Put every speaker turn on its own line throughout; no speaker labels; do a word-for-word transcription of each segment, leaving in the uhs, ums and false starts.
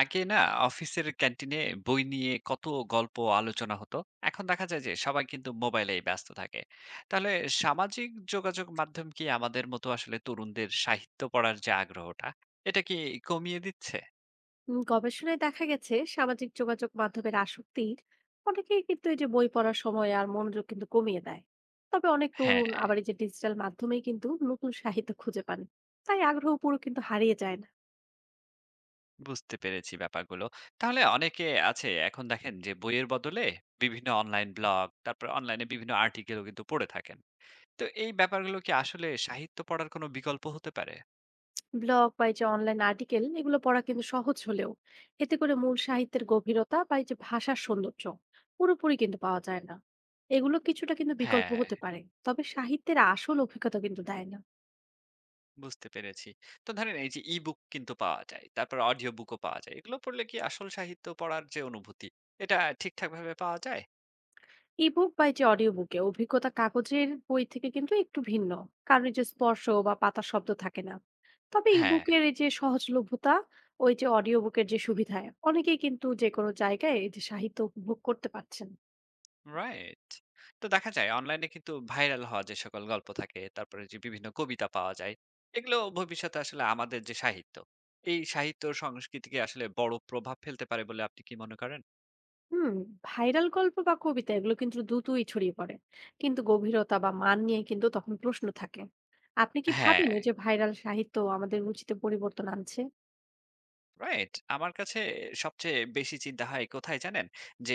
আগে না, অফিসের ক্যান্টিনে বই নিয়ে কত গল্প আলোচনা হতো। এখন দেখা যায় যে সবাই কিন্তু মোবাইলেই ব্যস্ত থাকে। তাহলে সামাজিক যোগাযোগ মাধ্যম কি আমাদের মতো আসলে তরুণদের সাহিত্য পড়ার যে আগ্রহটা, এটা কি কমিয়ে দিচ্ছে?
উম, গবেষণায় দেখা গেছে সামাজিক যোগাযোগ মাধ্যমের আসক্তির অনেকেই কিন্তু এই যে বই পড়ার সময় আর মনোযোগ কিন্তু কমিয়ে দেয়। তবে অনেক তরুণ
হ্যাঁ,
আবার এই যে ডিজিটাল মাধ্যমেই কিন্তু নতুন সাহিত্য খুঁজে পান, তাই আগ্রহ পুরো কিন্তু হারিয়ে যায় না।
বুঝতে পেরেছি ব্যাপারগুলো। তাহলে অনেকে আছে এখন, দেখেন যে বইয়ের বদলে বিভিন্ন অনলাইন ব্লগ, তারপর অনলাইনে বিভিন্ন আর্টিকেলও কিন্তু পড়ে থাকেন। তো এই ব্যাপারগুলো কি আসলে সাহিত্য পড়ার কোনো বিকল্প হতে পারে?
ব্লগ বা এই যে অনলাইন আর্টিকেল এগুলো পড়া কিন্তু সহজ হলেও এতে করে মূল সাহিত্যের গভীরতা বা এই যে ভাষার সৌন্দর্য পুরোপুরি কিন্তু পাওয়া যায় না। এগুলো কিছুটা কিন্তু বিকল্প
হ্যাঁ,
হতে পারে, তবে সাহিত্যের আসল অভিজ্ঞতা কিন্তু দেয় না।
বুঝতে পেরেছি। তো ধরেন এই যে ই-বুক কিন্তু পাওয়া যায়। তারপর অডিও বুকও পাওয়া যায়। এগুলো পড়লে কি আসল সাহিত্য পড়ার যে অনুভূতি, এটা ঠিকঠাকভাবে পাওয়া যায়?
ইবুক বা এই যে অডিও বুকে অভিজ্ঞতা কাগজের বই থেকে কিন্তু একটু ভিন্ন, কারণ এই যে স্পর্শ বা পাতার শব্দ থাকে না। তবে
হ্যাঁ।
ইবুকের এই যে সহজলভ্যতা, ওই যে অডিও বুকের যে সুবিধায় অনেকেই কিন্তু যে কোনো জায়গায় এই যে সাহিত্য উপভোগ করতে পারছেন।
রাইট। তো দেখা যায় অনলাইনে কিন্তু ভাইরাল হওয়া যে সকল গল্প থাকে, তারপরে যে বিভিন্ন কবিতা পাওয়া যায়, এগুলো ভবিষ্যতে আসলে আমাদের যে সাহিত্য, এই সাহিত্য সংস্কৃতিকে আসলে বড় প্রভাব ফেলতে পারে বলে আপনি কি মনে করেন?
হুম, ভাইরাল গল্প বা কবিতা এগুলো কিন্তু দ্রুতই ছড়িয়ে পড়ে, কিন্তু গভীরতা বা মান নিয়ে কিন্তু তখন প্রশ্ন থাকে। আপনি কি
হ্যাঁ।
ভাবেন এই যে ভাইরাল সাহিত্য আমাদের রুচিতে পরিবর্তন আনছে?
রাইট। আমার কাছে সবচেয়ে বেশি চিন্তা হয় কোথায় জানেন? যে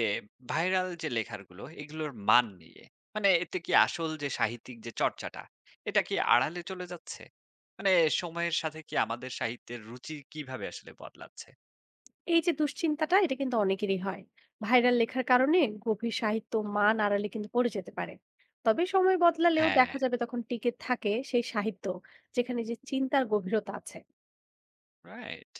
ভাইরাল যে লেখাগুলো, এগুলোর মান নিয়ে। মানে এতে কি আসল যে সাহিত্যিক যে চর্চাটা, এটা কি আড়ালে চলে যাচ্ছে? মানে সময়ের সাথে কি আমাদের সাহিত্যের রুচি কিভাবে আসলে বদলাচ্ছে?
এই যে দুশ্চিন্তাটা এটা কিন্তু অনেকেরই হয়। ভাইরাল লেখার কারণে গভীর সাহিত্য মান আড়ালে কিন্তু পড়ে যেতে পারে। তবে সময় বদলালেও
হ্যাঁ।
দেখা যাবে তখন টিকে থাকে সেই সাহিত্য যেখানে যে চিন্তার গভীরতা আছে।
রাইট।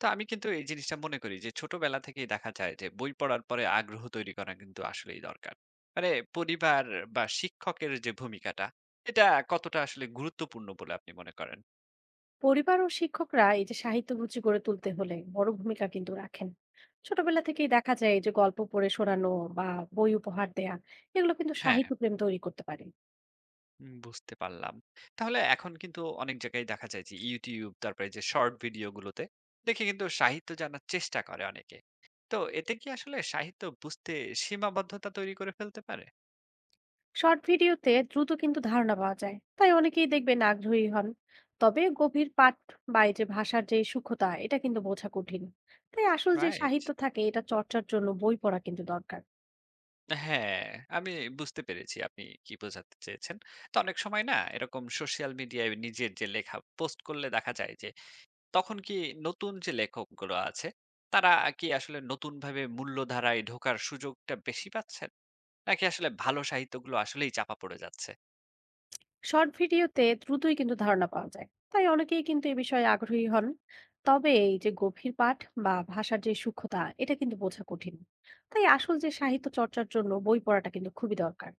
তো আমি কিন্তু এই জিনিসটা মনে করি যে ছোটবেলা থেকেই দেখা যায় যে বই পড়ার পরে আগ্রহ তৈরি করা কিন্তু আসলেই দরকার। মানে পরিবার বা শিক্ষকের যে ভূমিকাটা, এটা কতটা আসলে গুরুত্বপূর্ণ বলে আপনি মনে করেন?
পরিবার ও শিক্ষকরা এই যে সাহিত্য রুচি গড়ে তুলতে হলে বড় ভূমিকা কিন্তু রাখেন। ছোটবেলা থেকেই দেখা যায় যে গল্প পড়ে শোনানো বা বই উপহার দেয়া, এগুলো কিন্তু
হ্যাঁ।
সাহিত্য প্রেম তৈরি করতে পারে।
উম বুঝতে পারলাম। তাহলে এখন কিন্তু অনেক জায়গায় দেখা যায় যে ইউটিউব, তারপরে যে শর্ট ভিডিও গুলোতে দেখে কিন্তু সাহিত্য জানার চেষ্টা করে অনেকে। তো এতে কি আসলে সাহিত্য বুঝতে সীমাবদ্ধতা তৈরি করে ফেলতে পারে?
শর্ট ভিডিওতে দ্রুত কিন্তু ধারণা পাওয়া যায়, তাই অনেকেই দেখবেন আগ্রহী হন। তবে গভীর পাঠ বা এই যে ভাষার যে সূক্ষ্মতা এটা কিন্তু বোঝা কঠিন। তাই আসল যে
রাইট।
সাহিত্য থাকে, এটা চর্চার জন্য বই পড়া কিন্তু দরকার।
হ্যাঁ, আমি বুঝতে পেরেছি আপনি কি বোঝাতে চেয়েছেন। তো অনেক সময় না এরকম সোশ্যাল মিডিয়ায় নিজের যে লেখা পোস্ট করলে দেখা যায় যে তখন কি নতুন যে লেখকগুলো আছে, তারা কি আসলে নতুনভাবে মূল্যধারায় ঢোকার সুযোগটা বেশি পাচ্ছেন? নাকি আসলে ভালো সাহিত্যগুলো আসলেই চাপা পড়ে যাচ্ছে?
শর্ট ভিডিওতে দ্রুতই কিন্তু ধারণা পাওয়া যায়, তাই অনেকেই কিন্তু এ বিষয়ে আগ্রহী হন। তবে এই যে গভীর পাঠ বা ভাষার যে সূক্ষ্মতা এটা কিন্তু বোঝা কঠিন। তাই আসল যে সাহিত্য চর্চার জন্য বই পড়াটা কিন্তু খুবই দরকার।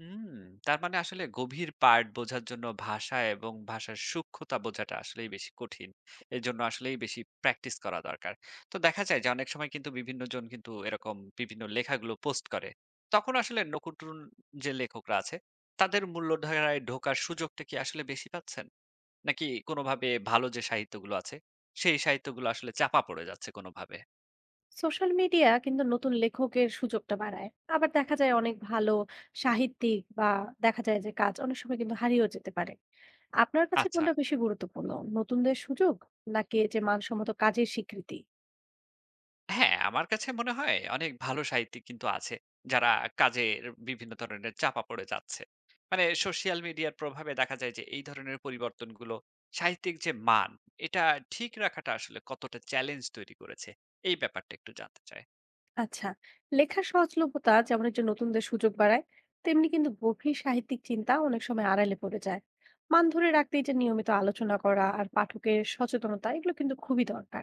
হুম, তার মানে আসলে গভীর পাঠ বোঝার জন্য ভাষা এবং ভাষার সূক্ষ্মতা বোঝাটা আসলেই বেশি কঠিন। এজন্য আসলেই বেশি প্র্যাকটিস করা দরকার। তো দেখা যায় যে অনেক সময় কিন্তু বিভিন্ন জন কিন্তু এরকম বিভিন্ন লেখাগুলো পোস্ট করে। তখন আসলে নকুটুন যে লেখকরা আছে, তাদের মূল্যধারায় ঢোকার সুযোগটা কি আসলে বেশি পাচ্ছেন? নাকি কোনোভাবে ভালো যে সাহিত্যগুলো আছে, সেই সাহিত্যগুলো আসলে চাপা পড়ে যাচ্ছে কোনোভাবে?
সোশ্যাল মিডিয়া কিন্তু নতুন লেখকের সুযোগটা বাড়ায়। আবার দেখা যায় অনেক ভালো সাহিত্যিক বা দেখা যায় যে কাজ অনেক সময় কিন্তু হারিয়েও যেতে পারে। আপনার কাছে
আচ্ছা।
কোনটা বেশি গুরুত্বপূর্ণ, নতুনদের সুযোগ নাকি এই যে মানসম্মত কাজের স্বীকৃতি?
হ্যাঁ, আমার কাছে মনে হয় অনেক ভালো সাহিত্যিক কিন্তু আছে, যারা কাজের বিভিন্ন ধরনের চাপা পড়ে যাচ্ছে। মানে সোশ্যাল মিডিয়ার প্রভাবে দেখা যায় যে এই ধরনের পরিবর্তনগুলো সাহিত্যিক যে মান, এটা ঠিক রাখাটা আসলে কতটা চ্যালেঞ্জ তৈরি করেছে, এই ব্যাপারটা একটু জানতে চাই।
আচ্ছা, লেখার সহজলভ্যতা যেমন এই যে নতুনদের সুযোগ বাড়ায়, তেমনি কিন্তু গভীর সাহিত্যিক চিন্তা অনেক সময় আড়ালে পড়ে যায়। মান ধরে রাখতে এই যে নিয়মিত আলোচনা করা আর পাঠকের সচেতনতা, এগুলো কিন্তু খুবই দরকার।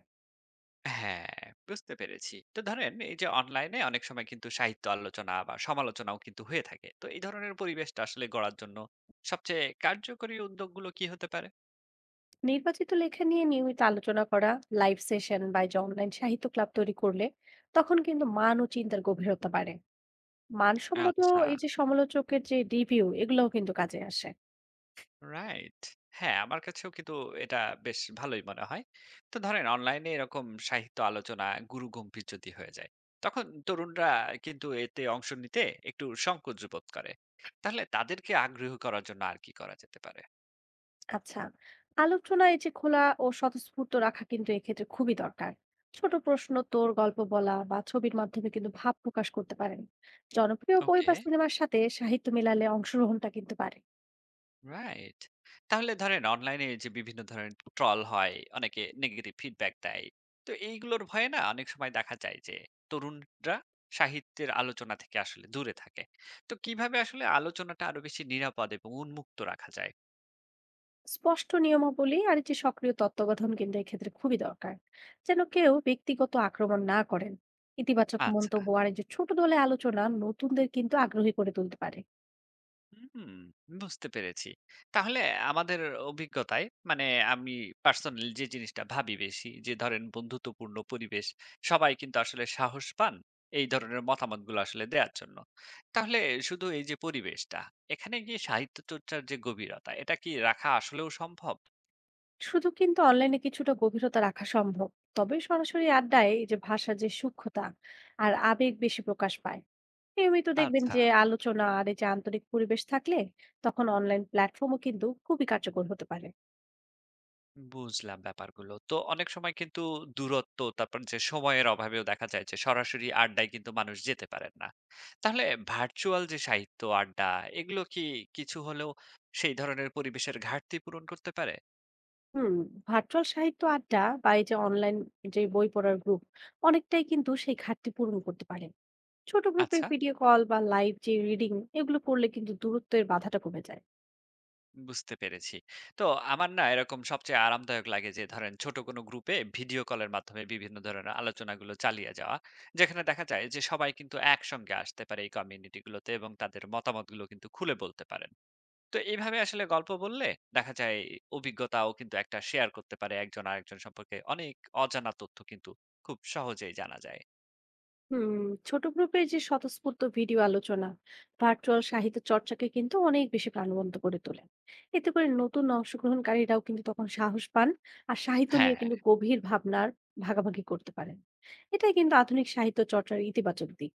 হ্যাঁ, বুঝতে পেরেছি। তো ধরেন এই যে অনলাইনে অনেক সময় কিন্তু সাহিত্য আলোচনা বা সমালোচনাও কিন্তু হয়ে থাকে। তো এই ধরনের পরিবেশটা আসলে গড়ার জন্য সবচেয়ে কার্যকরী উদ্যোগগুলো কি হতে পারে?
নির্বাচিত লেখা নিয়ে নিয়মিত আলোচনা করা, লাইভ সেশন বা এই যে অনলাইন সাহিত্য ক্লাব তৈরি করলে তখন কিন্তু মান ও চিন্তার গভীরতা বাড়ে। মানসম্মত
আচ্ছা।
এই যে সমালোচকের যে রিভিউ এগুলোও কিন্তু কাজে আসে।
রাইট। হ্যাঁ, আমার কাছেও কিন্তু এটা বেশ ভালোই মনে হয়। তো ধরেন অনলাইনে এরকম সাহিত্য আলোচনা গুরুগম্ভীর যদি হয়ে যায়, তখন তরুণরা কিন্তু এতে অংশ নিতে একটু সংকোচ বোধ করে। তাহলে তাদেরকে আগ্রহী করার জন্য আর কি করা যেতে পারে?
আচ্ছা, আলোচনা এই যে খোলা ও স্বতঃস্ফূর্ত রাখা কিন্তু এক্ষেত্রে খুবই দরকার। ছোট প্রশ্ন তোর গল্প বলা বা ছবির মাধ্যমে কিন্তু ভাব প্রকাশ করতে পারেন। জনপ্রিয় বই
ওকে।
বা সিনেমার সাথে সাহিত্য মেলালে অংশগ্রহণটা কিন্তু বাড়ে।
রাইট। তাহলে ধরেন অনলাইনে যে বিভিন্ন ধরনের ট্রল হয়, অনেকে নেগেটিভ ফিডব্যাক দেয়। তো এইগুলোর ভয়ে না অনেক সময় দেখা যায় যে তরুণরা সাহিত্যের আলোচনা থেকে আসলে দূরে থাকে। তো কিভাবে আসলে আলোচনাটা আরো বেশি নিরাপদ এবং উন্মুক্ত রাখা যায়?
স্পষ্ট নিয়মাবলী আর এই যে সক্রিয় তত্ত্বাবধান কিন্তু এক্ষেত্রে খুবই দরকার, যেন কেউ ব্যক্তিগত আক্রমণ না করেন। ইতিবাচক
আচ্ছা।
মন্তব্য আর এই যে ছোট দলে আলোচনা নতুনদের কিন্তু আগ্রহী করে তুলতে পারে।
হুম, বুঝতে পেরেছি। তাহলে আমাদের অভিজ্ঞতায়, মানে আমি পার্সোনালি যে জিনিসটা ভাবি বেশি, যে ধরেন বন্ধুত্বপূর্ণ পরিবেশ, সবাই কিন্তু আসলে সাহস পান এই ধরনের মতামতগুলো আসলে দেওয়ার জন্য। তাহলে শুধু এই যে পরিবেশটা, এখানে গিয়ে সাহিত্য চর্চার যে গভীরতা, এটা কি রাখা আসলেও সম্ভব?
শুধু কিন্তু অনলাইনে কিছুটা গভীরতা রাখা সম্ভব। তবে সরাসরি আড্ডায় এই যে ভাষা যে সূক্ষ্মতা আর আবেগ বেশি প্রকাশ পায়। নিয়মিত দেখবেন
আচ্ছা,
যে আলোচনা আর এই যে আন্তরিক পরিবেশ থাকলে তখন অনলাইন প্ল্যাটফর্মও কিন্তু খুবই কার্যকর হতে পারে।
বুঝলাম ব্যাপারগুলো। তো অনেক সময় কিন্তু দূরত্ব, তারপর যে সময়ের অভাবেও দেখা যায় যে সরাসরি আড্ডায় কিন্তু মানুষ যেতে পারেন না। তাহলে ভার্চুয়াল যে সাহিত্য আড্ডা, এগুলো কি কিছু হলেও সেই ধরনের পরিবেশের ঘাটতি পূরণ করতে পারে?
হুম, ভার্চুয়াল সাহিত্য আড্ডা বা এই যে অনলাইন যে বই পড়ার গ্রুপ অনেকটাই কিন্তু সেই ঘাটতি পূরণ করতে পারে। ছোট গ্রুপে
আচ্ছা,
ভিডিও কল বা লাইভ যে রিডিং এগুলো করলে কিন্তু দূরত্বের বাধাটা কমে যায়।
বুঝতে পেরেছি। তো আমার না এরকম সবচেয়ে আরামদায়ক লাগে যে ধরেন ছোট কোনো গ্রুপে ভিডিও কলের মাধ্যমে বিভিন্ন ধরনের আলোচনাগুলো চালিয়ে যাওয়া। যেখানে দেখা যায় যে সবাই কিন্তু একসঙ্গে আসতে পারে এই কমিউনিটিগুলোতে এবং তাদের মতামতগুলো কিন্তু খুলে বলতে পারেন। তো এইভাবে আসলে গল্প বললে দেখা যায় অভিজ্ঞতাও কিন্তু একটা শেয়ার করতে পারে। একজন আরেকজন সম্পর্কে অনেক অজানা তথ্য কিন্তু খুব সহজেই জানা যায়।
হুম, ছোট গ্রুপের যে স্বতঃস্ফূর্ত ভিডিও আলোচনা ভার্চুয়াল সাহিত্য চর্চাকে কিন্তু অনেক বেশি প্রাণবন্ত করে তোলে। এতে করে নতুন অংশগ্রহণকারীরাও কিন্তু তখন সাহস পান আর সাহিত্য নিয়ে
হ্যাঁ।
কিন্তু গভীর ভাবনার ভাগাভাগি করতে পারেন। এটাই কিন্তু আধুনিক সাহিত্য চর্চার ইতিবাচক দিক।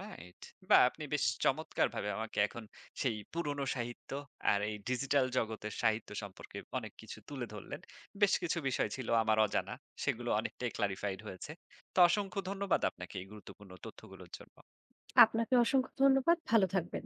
রাইট। বা আপনি বেশ চমৎকার ভাবে আমাকে এখন সেই পুরনো সাহিত্য আর এই ডিজিটাল জগতের সাহিত্য সম্পর্কে অনেক কিছু তুলে ধরলেন। বেশ কিছু বিষয় ছিল আমার অজানা, সেগুলো অনেকটাই ক্লারিফাইড হয়েছে। তো অসংখ্য ধন্যবাদ আপনাকে এই গুরুত্বপূর্ণ তথ্যগুলোর জন্য।
আপনাকে অসংখ্য ধন্যবাদ, ভালো থাকবেন।